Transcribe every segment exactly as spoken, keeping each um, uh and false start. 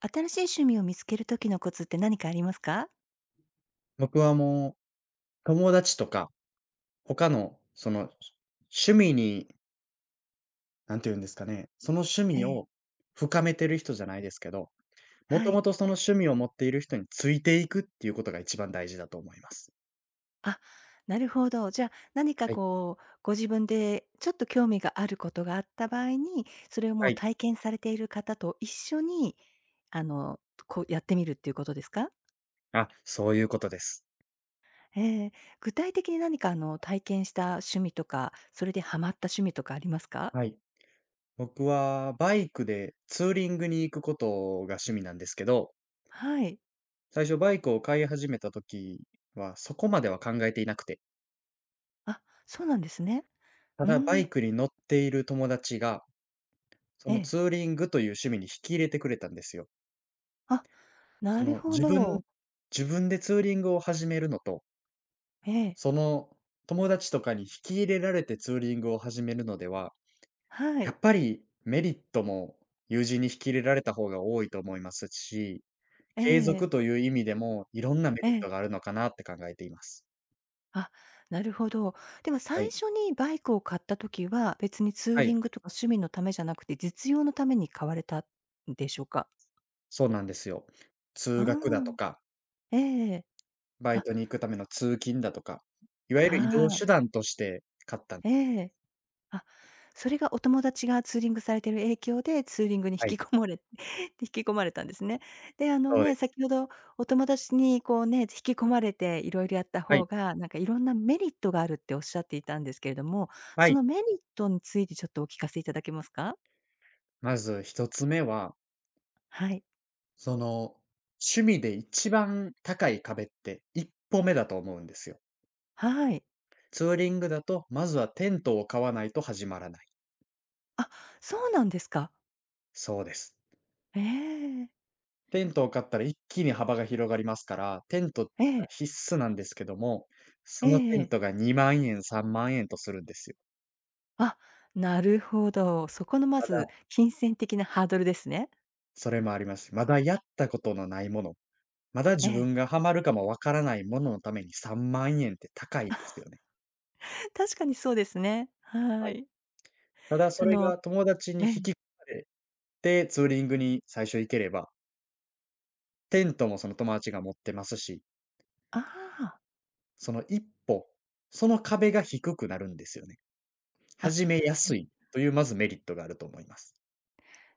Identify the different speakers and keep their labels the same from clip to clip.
Speaker 1: 新しい趣味を見つける時のコツって何かありますか？
Speaker 2: 僕はもう、友達とか、他のその、趣味に、何て言うんですかね、その趣
Speaker 1: え
Speaker 2: 味
Speaker 1: え。
Speaker 2: を深めてる人じゃないですけど、も
Speaker 1: は
Speaker 2: とも
Speaker 1: い。
Speaker 2: とその趣味を持っている人についていくっていうことが一番大事だと思います。
Speaker 1: あ、なるほど。じゃあ、何か
Speaker 2: はい。
Speaker 1: こう、ご自分でちょっと興味があることがあった場合に、それをも
Speaker 2: は
Speaker 1: う
Speaker 2: い。
Speaker 1: 体験されている方と一緒に、あの、こうやってみるっていうことですか？
Speaker 2: あ、そういうことです。
Speaker 1: ええ。具体的に何かあの、体験した趣味とか、それでハマった趣味とかありますか？
Speaker 2: はい。僕はバイクでツーリングに行くことが趣味なんですけど、
Speaker 1: はい。
Speaker 2: 最初バイクを買い始めた時はそこまでは考えていなくて、
Speaker 1: あ、そうなんですね。
Speaker 2: た
Speaker 1: うー
Speaker 2: だバ
Speaker 1: ん。
Speaker 2: イクに乗っている友達がそ
Speaker 1: え
Speaker 2: のツ
Speaker 1: え。
Speaker 2: ーリングという趣味に引き入れてくれたんですよ。
Speaker 1: あ、
Speaker 2: そ
Speaker 1: なる
Speaker 2: の
Speaker 1: ほ
Speaker 2: 自分
Speaker 1: ど。
Speaker 2: 自分でツーリングを始めるのと、
Speaker 1: ええ。
Speaker 2: その友達とかに引き入れられてツーリングを始めるのでは、
Speaker 1: は
Speaker 2: や
Speaker 1: い。
Speaker 2: っぱりメリットも友人に引き入れられた方が多いと思いますし、
Speaker 1: ええ
Speaker 2: 継
Speaker 1: ええ。
Speaker 2: 続という意味でもいろんなメ
Speaker 1: え
Speaker 2: リット
Speaker 1: え。
Speaker 2: があるのかなって考えています。
Speaker 1: あ、なるほど。では
Speaker 2: は
Speaker 1: 最
Speaker 2: い。
Speaker 1: 初にバイクを買った時は、別にツ
Speaker 2: は
Speaker 1: ーリ
Speaker 2: い、
Speaker 1: ングとか趣味のためじゃなくて、実用のために買われたんでしょうか？
Speaker 2: そうなんですよ。通学だと
Speaker 1: あ
Speaker 2: か、
Speaker 1: あ、ええ
Speaker 2: バイ
Speaker 1: あ、
Speaker 2: トに行くための通勤だとか、いわゆる移動
Speaker 1: はい。
Speaker 2: 手段として買ったんで
Speaker 1: え
Speaker 2: すけど、
Speaker 1: え。あ、それがお友達がツーリングされてる影響で、ツーリングに引
Speaker 2: はい、
Speaker 1: きこもれ 引き込まれたんですね。で、あの
Speaker 2: そうで
Speaker 1: ね、
Speaker 2: す。
Speaker 1: 先ほどお友達にこうね、引き込まれていろいろやった
Speaker 2: は
Speaker 1: 方
Speaker 2: い。
Speaker 1: が、なんかいろんなメリットがあるっておっしゃっていたんですけれども、
Speaker 2: は
Speaker 1: そ
Speaker 2: い。
Speaker 1: のメリットについてちょっとお聞かせいただけますか？
Speaker 2: まず一つ目は、
Speaker 1: はい。
Speaker 2: その、趣味で一番高い壁って一歩目だと思うんですよ。
Speaker 1: はい。
Speaker 2: ツーリングだと、まずはテントを買わないと始まらない。
Speaker 1: あ、そうなんですか。
Speaker 2: そうです。
Speaker 1: ええ。
Speaker 2: テントを買ったら一気に幅が広がりますから、テントって
Speaker 1: え
Speaker 2: いうのは
Speaker 1: え。
Speaker 2: 必須なんですけども、
Speaker 1: え
Speaker 2: その
Speaker 1: え
Speaker 2: テ
Speaker 1: え
Speaker 2: ン
Speaker 1: え。
Speaker 2: トがにまん円、さんまん円とするんですよ。
Speaker 1: あ、なるほど。そこのま
Speaker 2: ま
Speaker 1: ず、
Speaker 2: だ、
Speaker 1: 金銭的なハードルですね。
Speaker 2: それもあります。まだやったことのないもの、まだ
Speaker 1: え
Speaker 2: 自
Speaker 1: え。
Speaker 2: 分がハマるかもわからないもののためにさんまん円って高いんですよね。
Speaker 1: 確かにそうですね。はい。
Speaker 2: ただそ
Speaker 1: あ
Speaker 2: れ
Speaker 1: の
Speaker 2: が友達に
Speaker 1: え
Speaker 2: 引き
Speaker 1: え。
Speaker 2: 込まれて、ツーリングに最初行ければ、テントもその友達が持ってますし、
Speaker 1: ああ。
Speaker 2: その一歩、その壁が低くなるんですよね。
Speaker 1: あ。
Speaker 2: 始めやすいというまずメリットがあると思います。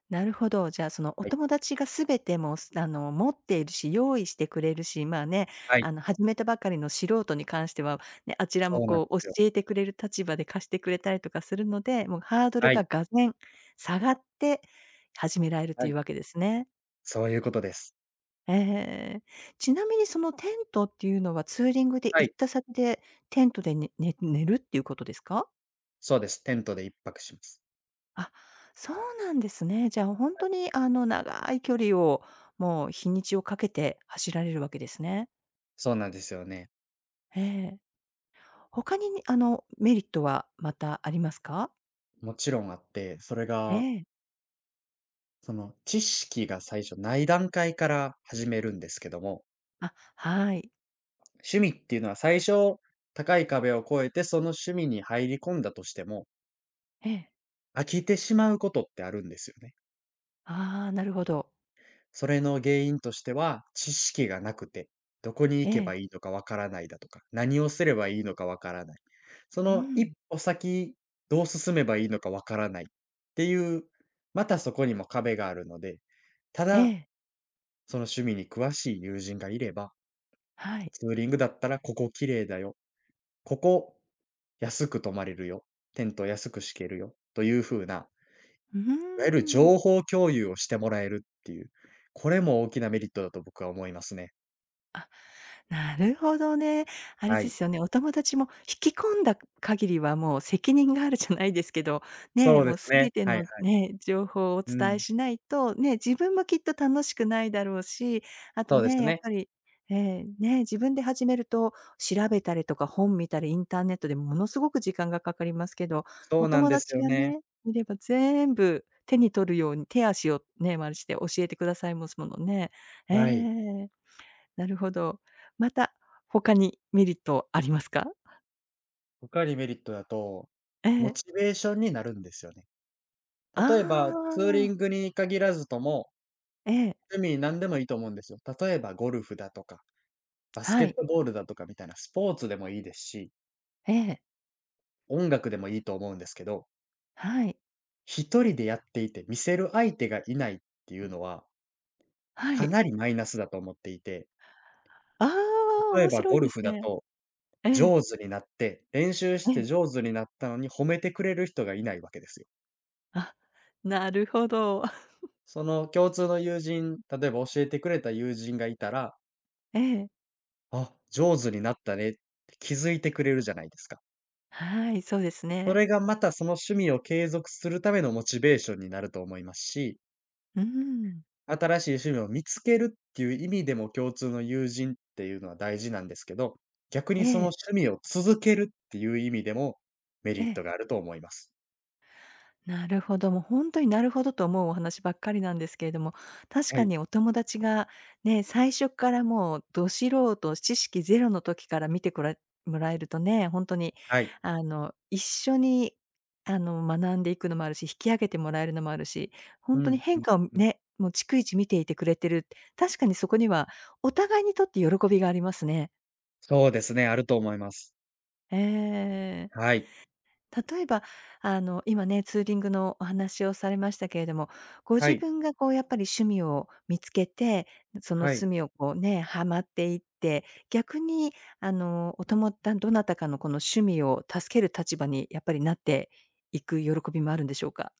Speaker 1: なるほど。じゃあ、そのお
Speaker 2: はい。
Speaker 1: 友達がすべてもう、すあの、持っているし、用意してくれるし、まあね、
Speaker 2: はい。
Speaker 1: あの、始めたばかりの素人に関しては、ね、あちら
Speaker 2: そ
Speaker 1: も
Speaker 2: うなんで
Speaker 1: こう、
Speaker 2: す
Speaker 1: 教
Speaker 2: よ。
Speaker 1: えてくれる立場で貸してくれたりとかするので、もうハードル
Speaker 2: はい。
Speaker 1: ががぜん下がって始められる
Speaker 2: は
Speaker 1: とい
Speaker 2: い。
Speaker 1: うわけですね。
Speaker 2: そういうことです。
Speaker 1: ええ。ちなみにそのテントっていうのはツーリングで
Speaker 2: は
Speaker 1: 行
Speaker 2: い。
Speaker 1: った先で、テントでねね寝るっていうことですか？
Speaker 2: そうです。テントで一泊します。
Speaker 1: あ、そうなんですね。じゃあ、本当に、あの、長い距離を、もう日にちをかけて走られるわけですね。
Speaker 2: そうなんですよね。
Speaker 1: ええ。他に、あの、メリットはまたありますか？
Speaker 2: もちろんあって、それ
Speaker 1: え
Speaker 2: が、
Speaker 1: え。
Speaker 2: その知識が最初ない段階から始めるんですけども、
Speaker 1: あ、はい。
Speaker 2: 趣味っていうのは最初、高い壁を越えてその趣味に入り込んだとしても、
Speaker 1: ええ。
Speaker 2: 飽きてしまうことってあるんですよね。
Speaker 1: ああ、なるほど。
Speaker 2: それの原因としては、知識がなくて、どこに行
Speaker 1: え
Speaker 2: けばいい
Speaker 1: え。
Speaker 2: のかわからないだとか、何をすればいいのかわからない。そ
Speaker 1: う
Speaker 2: の一
Speaker 1: ん。
Speaker 2: 歩先、どう進めばいいのかわからないっていう、またそこにも壁があるので、た
Speaker 1: え
Speaker 2: だ、
Speaker 1: え。
Speaker 2: その趣味に詳しい友人がいれば、
Speaker 1: はい。
Speaker 2: ツーリングだったらここ綺麗だよ。ここ、安く泊まれるよ、テント安く敷けるよという風な、
Speaker 1: うー
Speaker 2: いわゆる
Speaker 1: ん。
Speaker 2: 情報共有をしてもらえるっていう、これも大きなメリットだと僕は思いますね。
Speaker 1: なるほどね。あれ
Speaker 2: は
Speaker 1: で
Speaker 2: い。
Speaker 1: すよね、お友達も引き込んだ限りはもう責任があるじゃないですけど、
Speaker 2: そ
Speaker 1: ね、
Speaker 2: うで
Speaker 1: もう
Speaker 2: すね。
Speaker 1: 全て
Speaker 2: はいは
Speaker 1: の
Speaker 2: い。
Speaker 1: ね、情報をお
Speaker 2: う
Speaker 1: 伝え
Speaker 2: ん。
Speaker 1: しないと、ね、自分もきっと楽しくないだろうし、あと
Speaker 2: そうで
Speaker 1: ね、
Speaker 2: す
Speaker 1: やっ
Speaker 2: ね。
Speaker 1: ぱり、えーね、自分で始めると調べたりとか本見たりインターネットでものすごく時間がかかりますけど、
Speaker 2: そ
Speaker 1: お
Speaker 2: うなん
Speaker 1: 友
Speaker 2: です
Speaker 1: 達
Speaker 2: よ
Speaker 1: が
Speaker 2: ね。
Speaker 1: ね、いれば全部手に取るように手足をね、まるして教えてくださいますものね。え
Speaker 2: はい。
Speaker 1: え。なるほど。また、他にメリットありますか？
Speaker 2: 他にメリットだと、
Speaker 1: え
Speaker 2: モ
Speaker 1: え。
Speaker 2: チベーションになるんですよね。
Speaker 1: あ
Speaker 2: 例えば、ツーリン
Speaker 1: あ、
Speaker 2: グに限らずとも、
Speaker 1: ええ、
Speaker 2: 趣味何でもいいと思うんですよ。例えばゴルフだとか、バスケ
Speaker 1: は
Speaker 2: ッ
Speaker 1: い、
Speaker 2: トボールだとかみたいなスポーツでもいいですし、
Speaker 1: ええ、
Speaker 2: 音楽でもいいと思うんですけど、
Speaker 1: はい、
Speaker 2: 一人でやっていて、見せる相手がいないっていうのは、
Speaker 1: は
Speaker 2: か
Speaker 1: い。
Speaker 2: なりマイナスだと思っていて、
Speaker 1: ああ、
Speaker 2: 例え
Speaker 1: 面
Speaker 2: ば
Speaker 1: 白
Speaker 2: ゴ
Speaker 1: い
Speaker 2: ル
Speaker 1: です
Speaker 2: フだ
Speaker 1: ね。
Speaker 2: と、
Speaker 1: ええ、
Speaker 2: 上手になって、練習し
Speaker 1: え
Speaker 2: て
Speaker 1: え。
Speaker 2: 上手になったのに褒めてくれる人がいないわけですよ。
Speaker 1: あ、なるほど。
Speaker 2: その共通の友人、例えば教えてくれた友人がいたら、
Speaker 1: ええ、
Speaker 2: あ、上手になったねって気づいてくれるじゃないですか。
Speaker 1: はい、そうです
Speaker 2: そ
Speaker 1: ね。
Speaker 2: れがまたその趣味を継続するためのモチベーションになると思いますし、
Speaker 1: うーん。
Speaker 2: 新しい趣味を見つけるっていう意味でも共通の友人っていうのは大事なんですけど、逆
Speaker 1: え
Speaker 2: にその
Speaker 1: え、
Speaker 2: 趣味を続けるっていう意味でもメ
Speaker 1: え
Speaker 2: リット
Speaker 1: え。
Speaker 2: があると思います。
Speaker 1: なるほど、もう本当になるほどと思うお話ばっかりなんですけれども、確
Speaker 2: は
Speaker 1: か
Speaker 2: い。
Speaker 1: にお友達がね、最初からもうど素人、知識ゼロの時から見てこらもらえるとね、本当に
Speaker 2: はい。
Speaker 1: あの、一緒にあの、学んでいくのもあるし、引き上げてもらえるのもあるし、
Speaker 2: う
Speaker 1: 本当に
Speaker 2: ん、う
Speaker 1: 変
Speaker 2: ん、
Speaker 1: 化を
Speaker 2: うん。
Speaker 1: ね、もう逐一見ていてくれてる、確かにそこにはお互いにとって喜びがありますね。
Speaker 2: そうですね、あると思います。
Speaker 1: ええ。
Speaker 2: はい。
Speaker 1: 例えば、あの、今ね、ツーリングのお話をされましたけれども、ご
Speaker 2: は
Speaker 1: 自
Speaker 2: い。
Speaker 1: 分がこうやっぱり趣味を見つけて、その
Speaker 2: は
Speaker 1: 趣
Speaker 2: い。
Speaker 1: 味をこうね、はまっていって、逆にあの、お友だどなたかのこの趣味を助ける立場にやっぱりなっていく喜びもあるんでしょうか？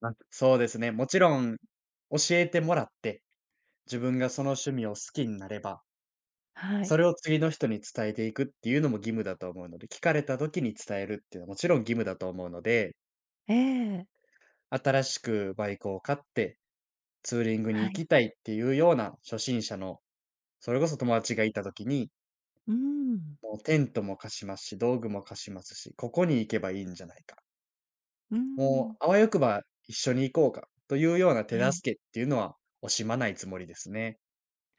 Speaker 2: あ、そうですね。もちろん教えてもらって、自分がその趣味を好きになれば、
Speaker 1: は
Speaker 2: そ
Speaker 1: い。
Speaker 2: れを次の人に伝えていくっていうのも義務だと思うので、聞かれた時に伝えるっていうのはもちろん義務だと思うので、
Speaker 1: ええ。
Speaker 2: 新しくバイクを買って、ツーリングに
Speaker 1: は
Speaker 2: 行
Speaker 1: い。
Speaker 2: きたいっていうような初心者の、それこそ友達がいた時に、
Speaker 1: うーん。
Speaker 2: もうテントも貸しますし、道具も貸しますし、ここに行けばいいんじゃないか。
Speaker 1: うー
Speaker 2: も
Speaker 1: ん。
Speaker 2: うあわよくば一緒に行こうかというような手
Speaker 1: はい。
Speaker 2: 助けっていうのは惜しまないつもりですね。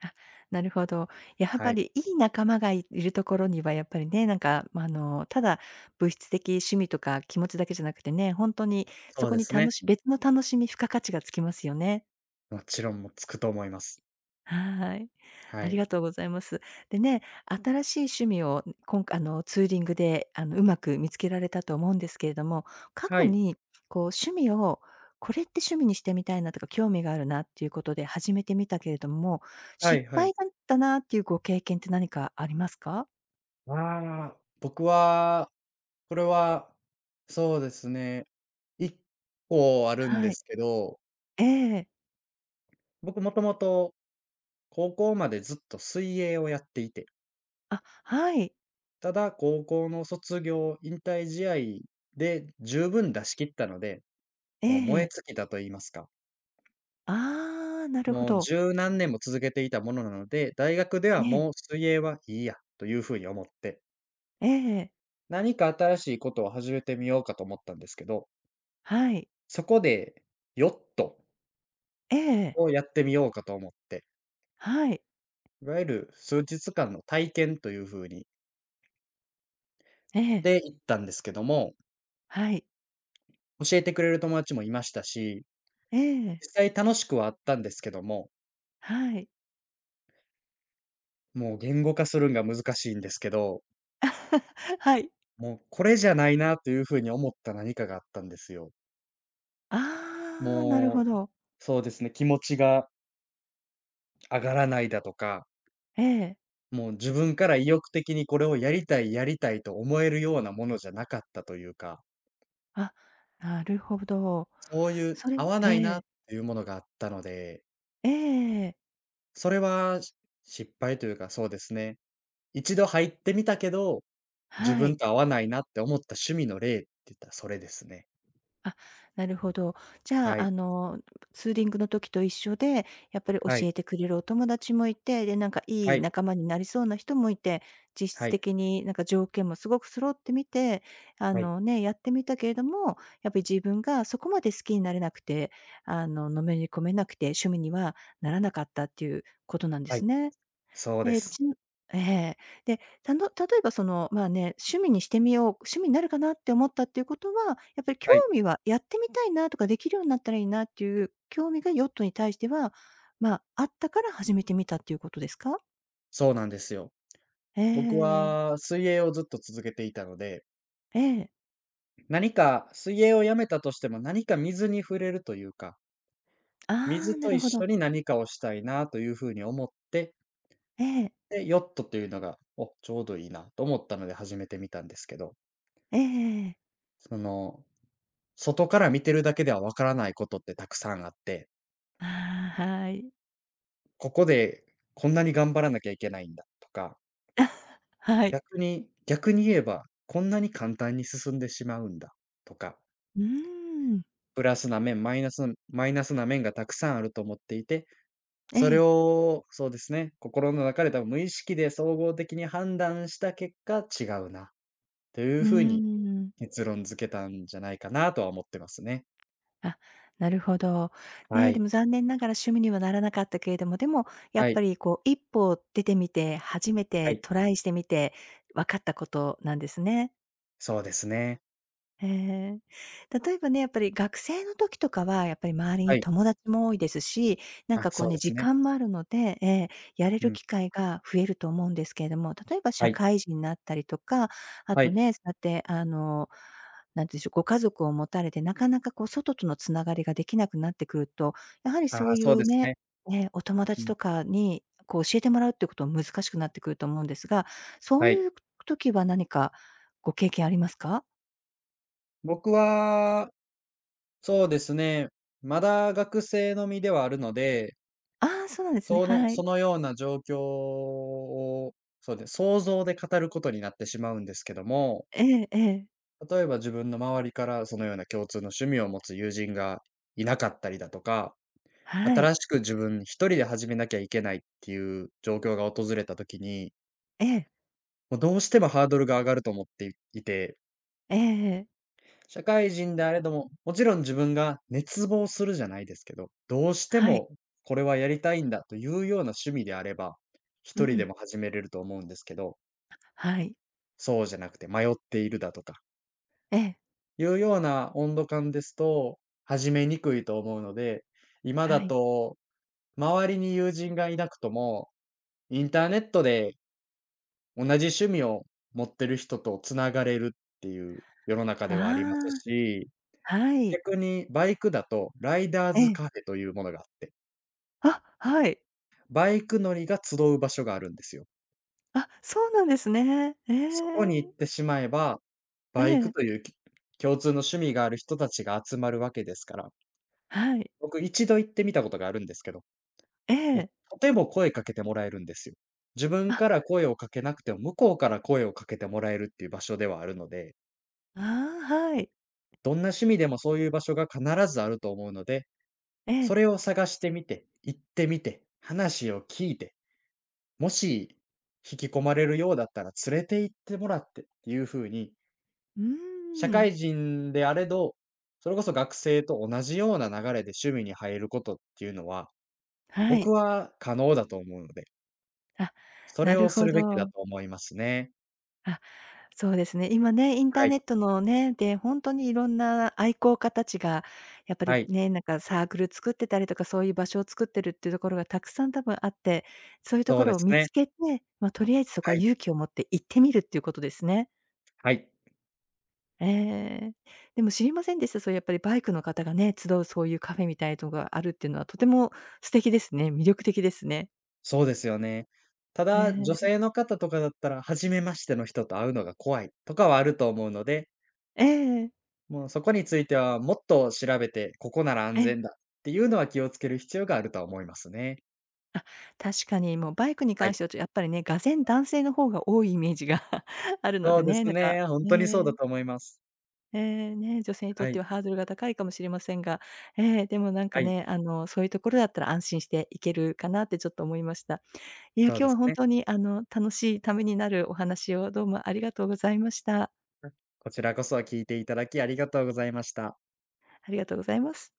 Speaker 1: あ、なるほど。やっ
Speaker 2: は
Speaker 1: ぱ
Speaker 2: い。
Speaker 1: りいい仲間がいるところにはやっぱりね、なんか、ま、あの、ただ物質的趣味とか気持ちだけじゃなくてね、ほんとにそ
Speaker 2: そう
Speaker 1: こ
Speaker 2: で
Speaker 1: に
Speaker 2: す
Speaker 1: たの
Speaker 2: ね。
Speaker 1: し別の楽しみ、付加価値がつきますよね。
Speaker 2: もちろんもうつくと思います。
Speaker 1: はい。
Speaker 2: は
Speaker 1: あり
Speaker 2: い。
Speaker 1: がとうございます。でね、新しい趣味を今回あの、ツーリングで、あの、うまく見つけられたと思うんですけれども、過
Speaker 2: は
Speaker 1: 去
Speaker 2: い。
Speaker 1: にこう趣味を、これって趣味にしてみたいなとか、興味があるなっていうことで始めてみたけれども、
Speaker 2: は
Speaker 1: 失
Speaker 2: いはい。
Speaker 1: 敗だったなっていうご経験って何かありますか？
Speaker 2: ああ、僕は、これは、そうですね、一個あるん
Speaker 1: は
Speaker 2: で
Speaker 1: い。
Speaker 2: すけど、
Speaker 1: ええ。
Speaker 2: 僕もともと高校までずっと水泳をやっていて、
Speaker 1: あ、はい。
Speaker 2: ただ高校の卒業、引退試合で十分出し切ったので、
Speaker 1: え
Speaker 2: もう燃え
Speaker 1: え。
Speaker 2: 尽きたと言いますか、
Speaker 1: ああー、なるほ
Speaker 2: もう
Speaker 1: ど。
Speaker 2: 十何年も続けていたものなので、大学では
Speaker 1: ええ。
Speaker 2: もう水泳はいいやというふうに思って、
Speaker 1: ええ。
Speaker 2: 何か新しいことを始めてみようかと思ったんですけど、
Speaker 1: はい。
Speaker 2: そこでヨット
Speaker 1: ええ。
Speaker 2: をやってみようかと思って、
Speaker 1: はい。
Speaker 2: いわゆる数日間の体験というふうに
Speaker 1: ええ。
Speaker 2: で行ったんですけども、
Speaker 1: はい。
Speaker 2: 教えてくれる友達もいましたし、
Speaker 1: ええ。
Speaker 2: 実際楽しくはあったんですけども、
Speaker 1: はい。
Speaker 2: もう言語化するんが難しいんですけど、
Speaker 1: はい。
Speaker 2: もうこれじゃないなというふうに思った何かがあったんですよ。
Speaker 1: ああ、なる
Speaker 2: も
Speaker 1: ほ
Speaker 2: う、
Speaker 1: ど。
Speaker 2: そうですね、気持ちが上がらないだとか、
Speaker 1: ええ。
Speaker 2: もう自分から意欲的にこれをやりたいやりたいと思えるようなものじゃなかったというか、
Speaker 1: あ、なるほど。
Speaker 2: そういう
Speaker 1: それ
Speaker 2: 合わ
Speaker 1: え
Speaker 2: ないなっ
Speaker 1: え。
Speaker 2: ていうものがあったので、
Speaker 1: ええええ。
Speaker 2: それは失敗というかそうですね、一度入ってみたけど、自
Speaker 1: は
Speaker 2: 分
Speaker 1: い。
Speaker 2: と合わないなって思った趣味の例って言ったらそれですね。
Speaker 1: あ、なるほど。じゃ
Speaker 2: は
Speaker 1: あ、
Speaker 2: い。
Speaker 1: あの、ツーリングの時と一緒で、やっぱり教
Speaker 2: はい。
Speaker 1: えてくれるお友達もいて、で、なんか
Speaker 2: は
Speaker 1: いい
Speaker 2: い。
Speaker 1: 仲間になりそうな人もいて、実
Speaker 2: は
Speaker 1: 質
Speaker 2: い。
Speaker 1: 的になんか条件もすごく揃ってみて、あ
Speaker 2: はい。
Speaker 1: のね、やってみたけれども、やっぱり自分がそこまで好きになれなくて、あの、のめり込めなくて、趣味にはならなかったっていうことなんで
Speaker 2: は
Speaker 1: す
Speaker 2: い。
Speaker 1: ね。
Speaker 2: そうで
Speaker 1: で、
Speaker 2: す。
Speaker 1: ちんええ。で、たの例えばその、まあね、趣味にしてみよう、趣味になるかなって思ったっていうことは、やっぱり興
Speaker 2: はい。
Speaker 1: 味はやってみたいなとか、できるようになったらいいなっていう興味がヨットに対しては、まあ、あったから始めてみたっていうことですか？
Speaker 2: そうなんですよ。
Speaker 1: え
Speaker 2: 僕
Speaker 1: えええ
Speaker 2: は水泳をずっと続けていたので、何か水泳をやめたとしても、何か水に触れるというか、
Speaker 1: あ
Speaker 2: 水
Speaker 1: あ、な
Speaker 2: と
Speaker 1: る
Speaker 2: 一
Speaker 1: ほ
Speaker 2: 緒
Speaker 1: ど。
Speaker 2: に何かをしたいなというふうに思って、
Speaker 1: ええ。
Speaker 2: で、ヨットというのが、お、ちょうどいいなと思ったので始めてみたんですけど、
Speaker 1: ええええええ。
Speaker 2: その、外から見てるだけではわからないことってたくさんあって、
Speaker 1: ああ、はい。
Speaker 2: ここでこんなに頑張らなきゃいけないんだとか、
Speaker 1: はい。
Speaker 2: 逆に逆に言えば、こんなに簡単に進んでしまうんだとか、
Speaker 1: うーん。
Speaker 2: プラスな面、マイナスなマイナスな面がたくさんあると思っていて、
Speaker 1: え
Speaker 2: それ
Speaker 1: え。
Speaker 2: を、そうですね、心の中で多分無意識で総合的に判断した結果、違うなという
Speaker 1: うー
Speaker 2: ふうに
Speaker 1: ん。
Speaker 2: 結論付けたんじゃないかなとは思ってますね。
Speaker 1: あ、なるほど。
Speaker 2: は
Speaker 1: ね、で
Speaker 2: い。
Speaker 1: も残念ながら趣味にはならなかったけれども、でもや
Speaker 2: は
Speaker 1: っぱ
Speaker 2: い。
Speaker 1: りこう一歩出てみて、初め
Speaker 2: は
Speaker 1: て
Speaker 2: い。
Speaker 1: トライしてみて分かったことなんですね。
Speaker 2: そうですね。
Speaker 1: へえ。例えばね、やっぱり学生の時とかは、やっぱり周り
Speaker 2: は
Speaker 1: に
Speaker 2: い。
Speaker 1: 友達も多いですし、なん
Speaker 2: あ、
Speaker 1: かこ
Speaker 2: そ
Speaker 1: う
Speaker 2: うで
Speaker 1: ね、
Speaker 2: す
Speaker 1: 時
Speaker 2: ね。
Speaker 1: 間もあるので、ええ、やれ
Speaker 2: う
Speaker 1: る
Speaker 2: ん。
Speaker 1: 機会が増えると思うんですけれども、例えば
Speaker 2: は
Speaker 1: 社
Speaker 2: い。
Speaker 1: 会人になったりとか、あ
Speaker 2: は
Speaker 1: と
Speaker 2: い。
Speaker 1: ね、そうやって、あの、なんていうんでしょう、ご家族を持たれて、なかなかこう外とのつながりができなくなってくると、やはり
Speaker 2: あ
Speaker 1: そ
Speaker 2: あ、
Speaker 1: うい
Speaker 2: そうで
Speaker 1: う
Speaker 2: す
Speaker 1: ね、
Speaker 2: ね。
Speaker 1: ね、お友
Speaker 2: う
Speaker 1: 達
Speaker 2: ん。
Speaker 1: とかにこう教えてもらうっていうことも難しくなってくると思うんですが、そう
Speaker 2: はい。
Speaker 1: いう時は何かご経験ありますか？
Speaker 2: 僕は、そうですね、まだ学生の身ではあるので、
Speaker 1: ああ、そうなんですね。
Speaker 2: その、
Speaker 1: は
Speaker 2: そ
Speaker 1: い。
Speaker 2: のような状況を、そうですね、想像で語ることになってしまうんですけども、
Speaker 1: ええええ。
Speaker 2: 例えば自分の周りからそのような共通の趣味を持つ友人がいなかったりだとか、
Speaker 1: はい。
Speaker 2: 新しく自分一人で始めなきゃいけないっていう状況が訪れた時に、
Speaker 1: ええ。
Speaker 2: もうどうしてもハードルが上がると思っていて、
Speaker 1: ええええ。
Speaker 2: 社会人であれども、もちろん自分が熱望するじゃないですけど、どうして
Speaker 1: はい。
Speaker 2: もこれはやりたいんだというような趣味であれば、
Speaker 1: う
Speaker 2: 一人で
Speaker 1: ん。
Speaker 2: も始めれると思うんですけど、
Speaker 1: はい。
Speaker 2: そうじゃなくて迷っているだとか、
Speaker 1: ええ。
Speaker 2: いうような温度感ですと、始めにくいと思うので、今
Speaker 1: は
Speaker 2: だ
Speaker 1: い。
Speaker 2: と周りに友人がいなくとも、インターネットで同じ趣味を持ってる人とつながれるっていう世の中
Speaker 1: あ
Speaker 2: ではあります
Speaker 1: あ、
Speaker 2: し、
Speaker 1: はい。
Speaker 2: 逆にバイクだと、ライダー
Speaker 1: え
Speaker 2: ズ
Speaker 1: え。
Speaker 2: カフェというものがあって、
Speaker 1: あ、はい。
Speaker 2: バイク乗りが集う場所があるんですよ。
Speaker 1: あ、そうなんですね。え
Speaker 2: そこに行っ
Speaker 1: え。
Speaker 2: てしまえば、
Speaker 1: え
Speaker 2: バイク
Speaker 1: え。
Speaker 2: というき共通の趣味がある人たちが集まるわけですから、
Speaker 1: はい。
Speaker 2: 僕一度行ってみたことがあるんですけど、
Speaker 1: え
Speaker 2: もう
Speaker 1: え。
Speaker 2: とても声かけてもらえるんですよ。自分
Speaker 1: あ、
Speaker 2: から声をかけなくても、向こうから声をかけてもらえるっていう場所ではあるので、
Speaker 1: ああ、はい。
Speaker 2: どんな趣味でもそういう場所が必ずあると思うので、
Speaker 1: え
Speaker 2: そ
Speaker 1: え。
Speaker 2: れを探してみて、行ってみて、話を聞いて、もし、引き込まれるようだったら連れて行ってもらってっていうふうに、
Speaker 1: う
Speaker 2: 社
Speaker 1: ーん。
Speaker 2: 会人であれど、それこそ学生と同じような流れで趣味に入ることっていうのは、
Speaker 1: は
Speaker 2: 僕
Speaker 1: い。
Speaker 2: は可能だと思うので、
Speaker 1: あ、
Speaker 2: それ
Speaker 1: なる
Speaker 2: をす
Speaker 1: ほ
Speaker 2: るべきだ
Speaker 1: ど。
Speaker 2: と思いますね。
Speaker 1: あ、そうですね。今ね、インタ
Speaker 2: は
Speaker 1: ーネ
Speaker 2: い、
Speaker 1: ットのね、で、本当にいろんな愛好家たちが、やっぱ
Speaker 2: は
Speaker 1: り
Speaker 2: い、
Speaker 1: ね、なんかサークル作ってたりとか、そういう場所を作ってるっていうところがたくさん多分あって、そういうと
Speaker 2: そ
Speaker 1: こ
Speaker 2: うで
Speaker 1: ろを
Speaker 2: す
Speaker 1: 見
Speaker 2: ね。
Speaker 1: つけて、まあ、とりあえずそこ
Speaker 2: は
Speaker 1: は
Speaker 2: い、
Speaker 1: 勇気を持って行ってみるっていうことですね。
Speaker 2: はい、
Speaker 1: ええ。でも知りませんでした。そういうやっぱりバイクの方がね、集うそういうカフェみたいなとがあるっていうのはとても素敵ですね。魅力的ですね。
Speaker 2: そうですよね。た
Speaker 1: え
Speaker 2: だ、女
Speaker 1: え。
Speaker 2: 性の方とかだったら、初めましての人と会うのが怖いとかはあると思うので、
Speaker 1: ええ。
Speaker 2: もうそこについてはもっと調べて、ここなら安
Speaker 1: え
Speaker 2: 全
Speaker 1: え。
Speaker 2: だっていうのは気をつける必要があるとは思いますね。
Speaker 1: 確かに、もうバイクに
Speaker 2: は
Speaker 1: 関し
Speaker 2: い。
Speaker 1: てはちょやっぱりね、がぜん男性の方が多いイメージが あるの
Speaker 2: そ
Speaker 1: で
Speaker 2: うで
Speaker 1: ね、
Speaker 2: す
Speaker 1: なんか、
Speaker 2: ね、ほんとにそうだ
Speaker 1: ね、
Speaker 2: と思います。
Speaker 1: えーね、女性にと
Speaker 2: は
Speaker 1: って
Speaker 2: い、
Speaker 1: はハードルが高いかもしれませんが、ええ、でもなん
Speaker 2: は
Speaker 1: か
Speaker 2: い、
Speaker 1: ね、あの、そういうところだったら安心して行けるかなってちょっと思いました。いや、
Speaker 2: そうで
Speaker 1: 今日は
Speaker 2: す
Speaker 1: 本
Speaker 2: ね。
Speaker 1: 当にあの、楽しいためになるお話をどうもありがとうございました。
Speaker 2: こちらこそ聞いていただきありがとうございました。
Speaker 1: ありがとうございます。